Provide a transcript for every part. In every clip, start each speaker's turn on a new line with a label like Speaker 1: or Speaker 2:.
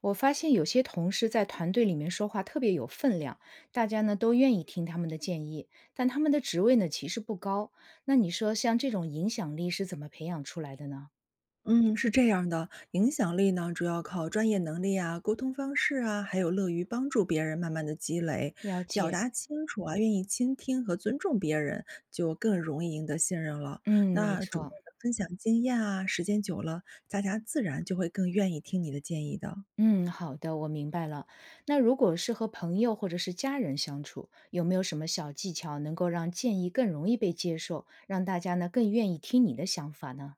Speaker 1: 我发现有些同事在团队里面说话特别有分量，大家呢都愿意听他们的建议，但他们的职位呢其实不高。那你说像这种影响力是怎么培养出来的呢？
Speaker 2: 嗯，是这样的，影响力呢，主要靠专业能力啊、沟通方式啊，还有乐于帮助别人慢慢的积累，
Speaker 1: 了
Speaker 2: 表
Speaker 1: 解。
Speaker 2: 达清楚啊，愿意倾听和尊重别人，就更容易赢得信任了。
Speaker 1: 嗯，没
Speaker 2: 那主动
Speaker 1: 错。
Speaker 2: 的分享经验啊，时间久了，大家自然就会更愿意听你的建议的。
Speaker 1: 嗯，好的，我明白了。那如果是和朋友或者是家人相处，有没有什么小技巧能够让建议更容易被接受，让大家呢更愿意听你的想法呢？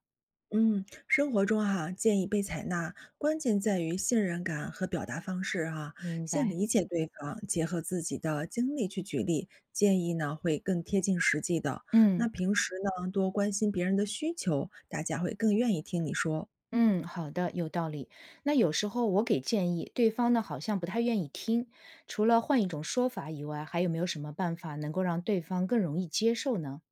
Speaker 2: 嗯，生活中哈、建议被采纳，关键在于信任感和表达方式哈、
Speaker 1: 明
Speaker 2: 先
Speaker 1: 白。
Speaker 2: 理解对方，结合自己的经历去举例，建议呢会更贴近实际的。那
Speaker 1: 嗯。
Speaker 2: 平时呢，多关心别人的需求，大家会更愿意听你说。
Speaker 1: 嗯，好的，有道理。那有时候我给建议，对方呢好像不太愿意听。除了换一种说法以外，还有没有什么办法能够让对方更容易接受呢？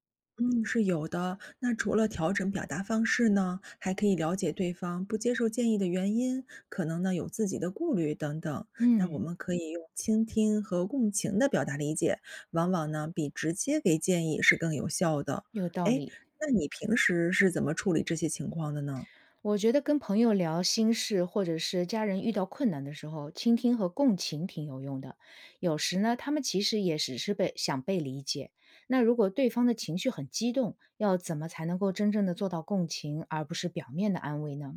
Speaker 2: 嗯，是有的。那除了调整表达方式呢，还可以了解对方不接受建议的原因，可能呢有自己的顾虑等等。那我
Speaker 1: 嗯，
Speaker 2: 们可以用倾听和共情的表达理解，往往呢比直接给建议是更有效的。
Speaker 1: 有道
Speaker 2: 哎，
Speaker 1: 理。
Speaker 2: 那你平时是怎么处理这些情况的呢？
Speaker 1: 我觉得跟朋友聊心事，或者是家人遇到困难的时候，倾听和共情挺有用的。有时呢，他们其实也只是被想被理解。那如果对方的情绪很激动，要怎么才能够真正的做到共情，而不是表面的安慰呢？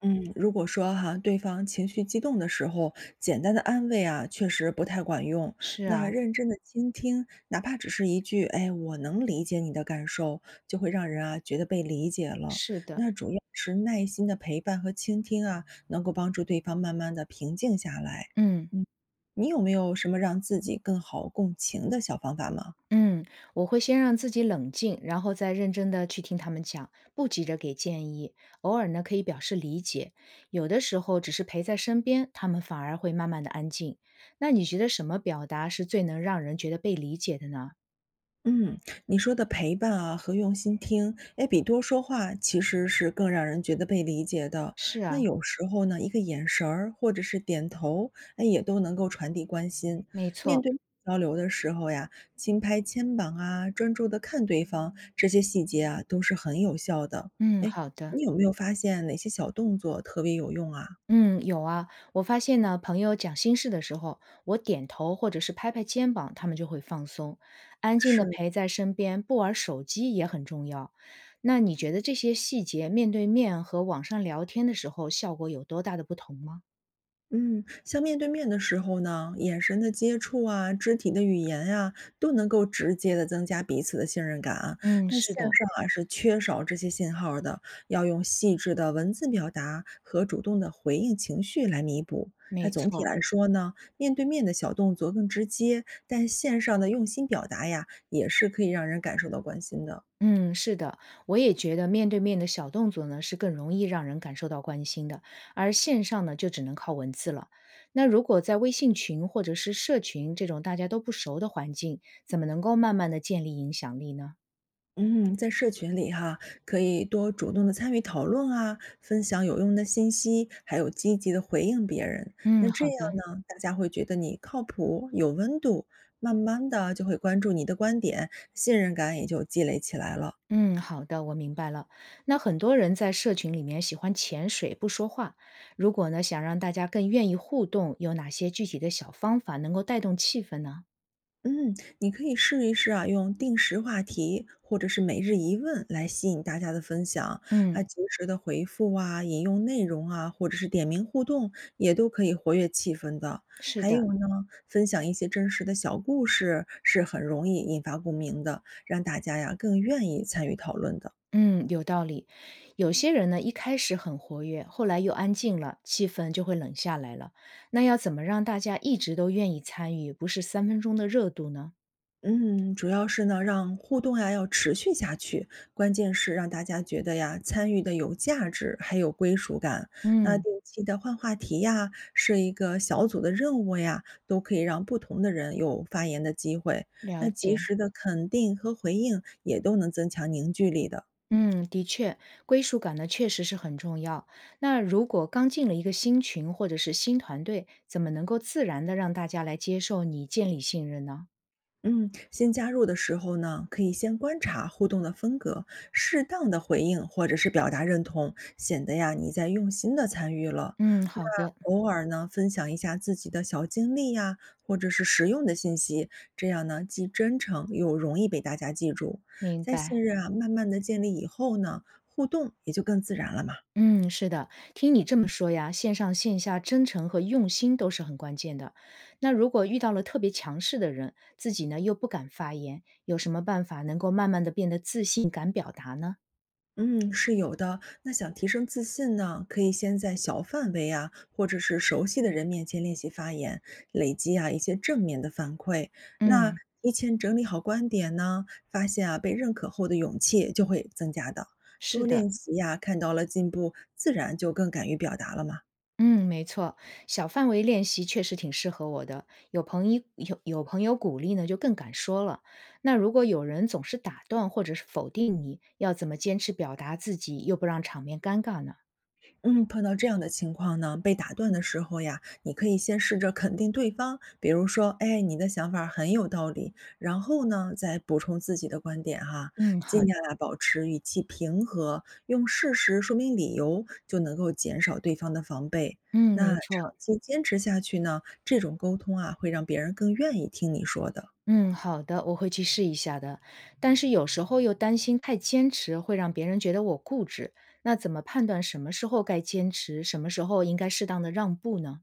Speaker 2: 嗯，如果说哈，对方情绪激动的时候，简单的安慰啊，确实不太管用。
Speaker 1: 是
Speaker 2: 那
Speaker 1: 啊。
Speaker 2: 认真的倾听，哪怕只是一句“哎，我能理解你的感受”，就会让人啊觉得被理解了。
Speaker 1: 是的。
Speaker 2: 那主要是耐心的陪伴和倾听啊，能够帮助对方慢慢的平静下来。
Speaker 1: 嗯。
Speaker 2: 你有没有什么让自己更好共情的小方法吗？
Speaker 1: 嗯，我会先让自己冷静，然后再认真的去听他们讲，不急着给建议。偶尔呢，可以表示理解，有的时候只是陪在身边，他们反而会慢慢的安静。那你觉得什么表达是最能让人觉得被理解的呢？
Speaker 2: 嗯，你说的陪伴啊和用心听，哎，比多说话其实是更让人觉得被理解的。
Speaker 1: 是
Speaker 2: 那
Speaker 1: 啊。
Speaker 2: 有时候呢，一个眼神儿或者是点头，哎，也都能够传递关心。
Speaker 1: 没
Speaker 2: 面
Speaker 1: 错。
Speaker 2: 对交流的时候呀，轻拍肩膀啊，专注的看对方，这些细节啊，都是很有效的。
Speaker 1: 嗯，
Speaker 2: 哎，
Speaker 1: 好的。
Speaker 2: 你有没有发现哪些小动作特别有用啊？
Speaker 1: 嗯，有啊，我发现呢，朋友讲心事的时候，我点头或者是拍拍肩膀，他们就会放松，安静的
Speaker 2: 是，
Speaker 1: 陪在身边，不玩手机也很重要。那你觉得这些细节面对面和网上聊天的时候，效果有多大的不同吗？
Speaker 2: 嗯，像面对面的时候呢，眼神的接触啊，肢体的语言呀、都能够直接的增加彼此的信任感啊。
Speaker 1: 嗯，
Speaker 2: 那线
Speaker 1: 是的。
Speaker 2: 上啊是缺少这些信号的，要用细致的文字表达和主动的回应情绪来弥补。那
Speaker 1: 没
Speaker 2: 总体
Speaker 1: 错。
Speaker 2: 来说呢，面对面的小动作更直接，但线上的用心表达呀，也是可以让人感受到关心的。
Speaker 1: 嗯，是的，我也觉得面对面的小动作呢，是更容易让人感受到关心的，而线上呢，就只能靠文字了。那如果在微信群或者是社群这种大家都不熟的环境，怎么能够慢慢的建立影响力呢？
Speaker 2: 嗯，在社群里哈，可以多主动的参与讨论啊，分享有用的信息，还有积极的回应别人。那
Speaker 1: 嗯，
Speaker 2: 这
Speaker 1: 好
Speaker 2: 样
Speaker 1: 的。
Speaker 2: 呢，大家会觉得你靠谱、有温度，慢慢的就会关注你的观点，信任感也就积累起来了。
Speaker 1: 嗯，好的，我明白了。那很多人在社群里面喜欢潜水，不说话。如果呢，想让大家更愿意互动，有哪些具体的小方法能够带动气氛呢？
Speaker 2: 嗯，你可以试一试啊，用定时话题或者是每日一问来吸引大家的分享，啊，
Speaker 1: 嗯，
Speaker 2: 及时的回复啊，引用内容啊，或者是点名互动，也都可以活跃气氛的。
Speaker 1: 是
Speaker 2: 还
Speaker 1: 的。
Speaker 2: 有呢，分享一些真实的小故事，是很容易引发共鸣的，让大家呀更愿意参与讨论的。
Speaker 1: 嗯，有道理。有些人呢，一开始很活跃，后来又安静了，气氛就会冷下来了。那要怎么让大家一直都愿意参与，不是三分钟的热度呢？
Speaker 2: 嗯，主要是呢，让互动呀要持续下去，关键是让大家觉得呀参与的有价值，还有归属感。那
Speaker 1: 嗯，
Speaker 2: 定期的换话题呀，设一个小组的任务呀，都可以让不同的人有发言的机会。
Speaker 1: 了
Speaker 2: 那及
Speaker 1: 解。
Speaker 2: 时的肯定和回应也都能增强凝聚力的。
Speaker 1: 嗯，的确，归属感呢确实是很重要。那如果刚进了一个新群或者是新团队，怎么能够自然的让大家来接受你，建立信任呢？
Speaker 2: 嗯，新加入的时候呢，可以先观察互动的风格，适当的回应或者是表达认同，显得呀你在用心的参与了。
Speaker 1: 嗯，好的。
Speaker 2: 那偶尔呢，分享一下自己的小经历呀，或者是实用的信息，这样呢既真诚又容易被大家记住。
Speaker 1: 明
Speaker 2: 在信
Speaker 1: 白。
Speaker 2: 任啊慢慢的建立以后呢，互动也就更自然了嘛。
Speaker 1: 嗯，是的，听你这么说呀，线上线下真诚和用心都是很关键的。那如果遇到了特别强势的人，自己呢又不敢发言，有什么办法能够慢慢的变得自信，敢表达呢？
Speaker 2: 嗯，是有的。那想提升自信呢，可以先在小范围啊，或者是熟悉的人面前练习发言，累积啊一些正面的反馈。那
Speaker 1: 嗯，
Speaker 2: 提前整理好观点呢，发现啊被认可后的勇气就会增加的。
Speaker 1: 是
Speaker 2: 多
Speaker 1: 的。
Speaker 2: 练习呀、看到了进步，自然就更敢于表达了嘛。
Speaker 1: 嗯，没错，小范围练习确实挺适合我的。有朋友鼓励呢，就更敢说了。那如果有人总是打断或者是否定你，要怎么坚持表达自己，又不让场面尴尬呢？
Speaker 2: 嗯，碰到这样的情况呢，被打断的时候呀，你可以先试着肯定对方，比如说，哎，你的想法很有道理，然后呢，再补充自己的观点哈，
Speaker 1: 嗯，
Speaker 2: 尽
Speaker 1: 好的。
Speaker 2: 量啊保持语气平和，用事实说明理由，就能够减少对方的防备。
Speaker 1: 嗯，
Speaker 2: 那
Speaker 1: 没
Speaker 2: 长
Speaker 1: 错。
Speaker 2: 期坚持下去呢，这种沟通啊，会让别人更愿意听你说的。
Speaker 1: 嗯，好的，我会去试一下的。但是有时候又担心太坚持会让别人觉得我固执，那怎么判断什么时候该坚持，什么时候应该适当的让步呢？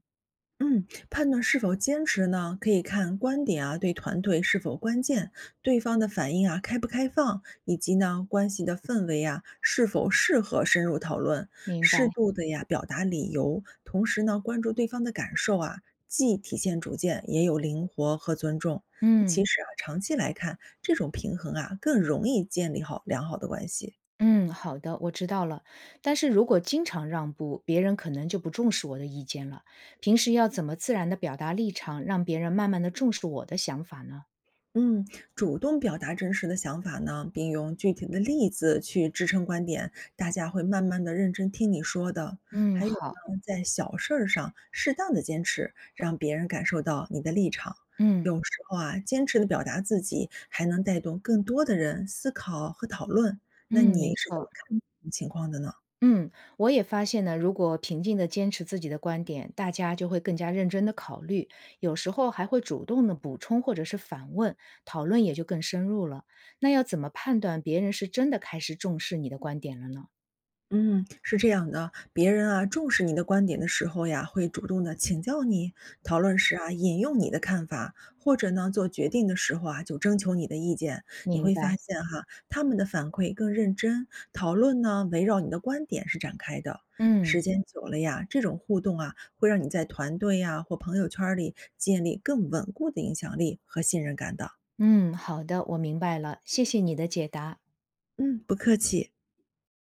Speaker 2: 嗯，判断是否坚持呢，可以看观点啊对团队是否关键，对方的反应啊开不开放，以及呢关系的氛围啊是否适合深入讨论，
Speaker 1: 明白。
Speaker 2: 适度的呀表达理由，同时呢关注对方的感受啊，既体现主见，也有灵活和尊重。其
Speaker 1: 嗯
Speaker 2: 实啊，长期来看，这种平衡啊更容易建立好良好的关系。
Speaker 1: 嗯，好的，我知道了。但是如果经常让步，别人可能就不重视我的意见了。平时要怎么自然的表达立场，让别人慢慢的重视我的想法呢？
Speaker 2: 嗯，主动表达真实的想法呢，并用具体的例子去支撑观点，大家会慢慢的认真听你说的。
Speaker 1: 嗯，
Speaker 2: 还有
Speaker 1: 好。
Speaker 2: 呢，在小事儿上适当的坚持，让别人感受到你的立场。
Speaker 1: 嗯
Speaker 2: 有时候啊，坚持的表达自己，还能带动更多的人思考和讨论。那
Speaker 1: 嗯，没
Speaker 2: 你是怎
Speaker 1: 错。
Speaker 2: 么看这种情况的呢？
Speaker 1: 嗯，我也发现呢，如果平静的坚持自己的观点，大家就会更加认真的考虑，有时候还会主动的补充或者是反问，讨论也就更深入了。那要怎么判断别人是真的开始重视你的观点了呢？
Speaker 2: 嗯，是这样的，别人啊重视你的观点的时候呀，会主动的请教你，讨论时啊引用你的看法，或者呢做决定的时候啊就征求你的意见。你
Speaker 1: 明
Speaker 2: 会发
Speaker 1: 白。
Speaker 2: 现哈，他们的反馈更认真，讨论呢围绕你的观点是展开的。
Speaker 1: 嗯
Speaker 2: 时间久了呀，这种互动啊会让你在团队呀或朋友圈儿里建立更稳固的影响力和信任感的。
Speaker 1: 嗯，好的，我明白了，谢谢你的解答。
Speaker 2: 嗯，不客气。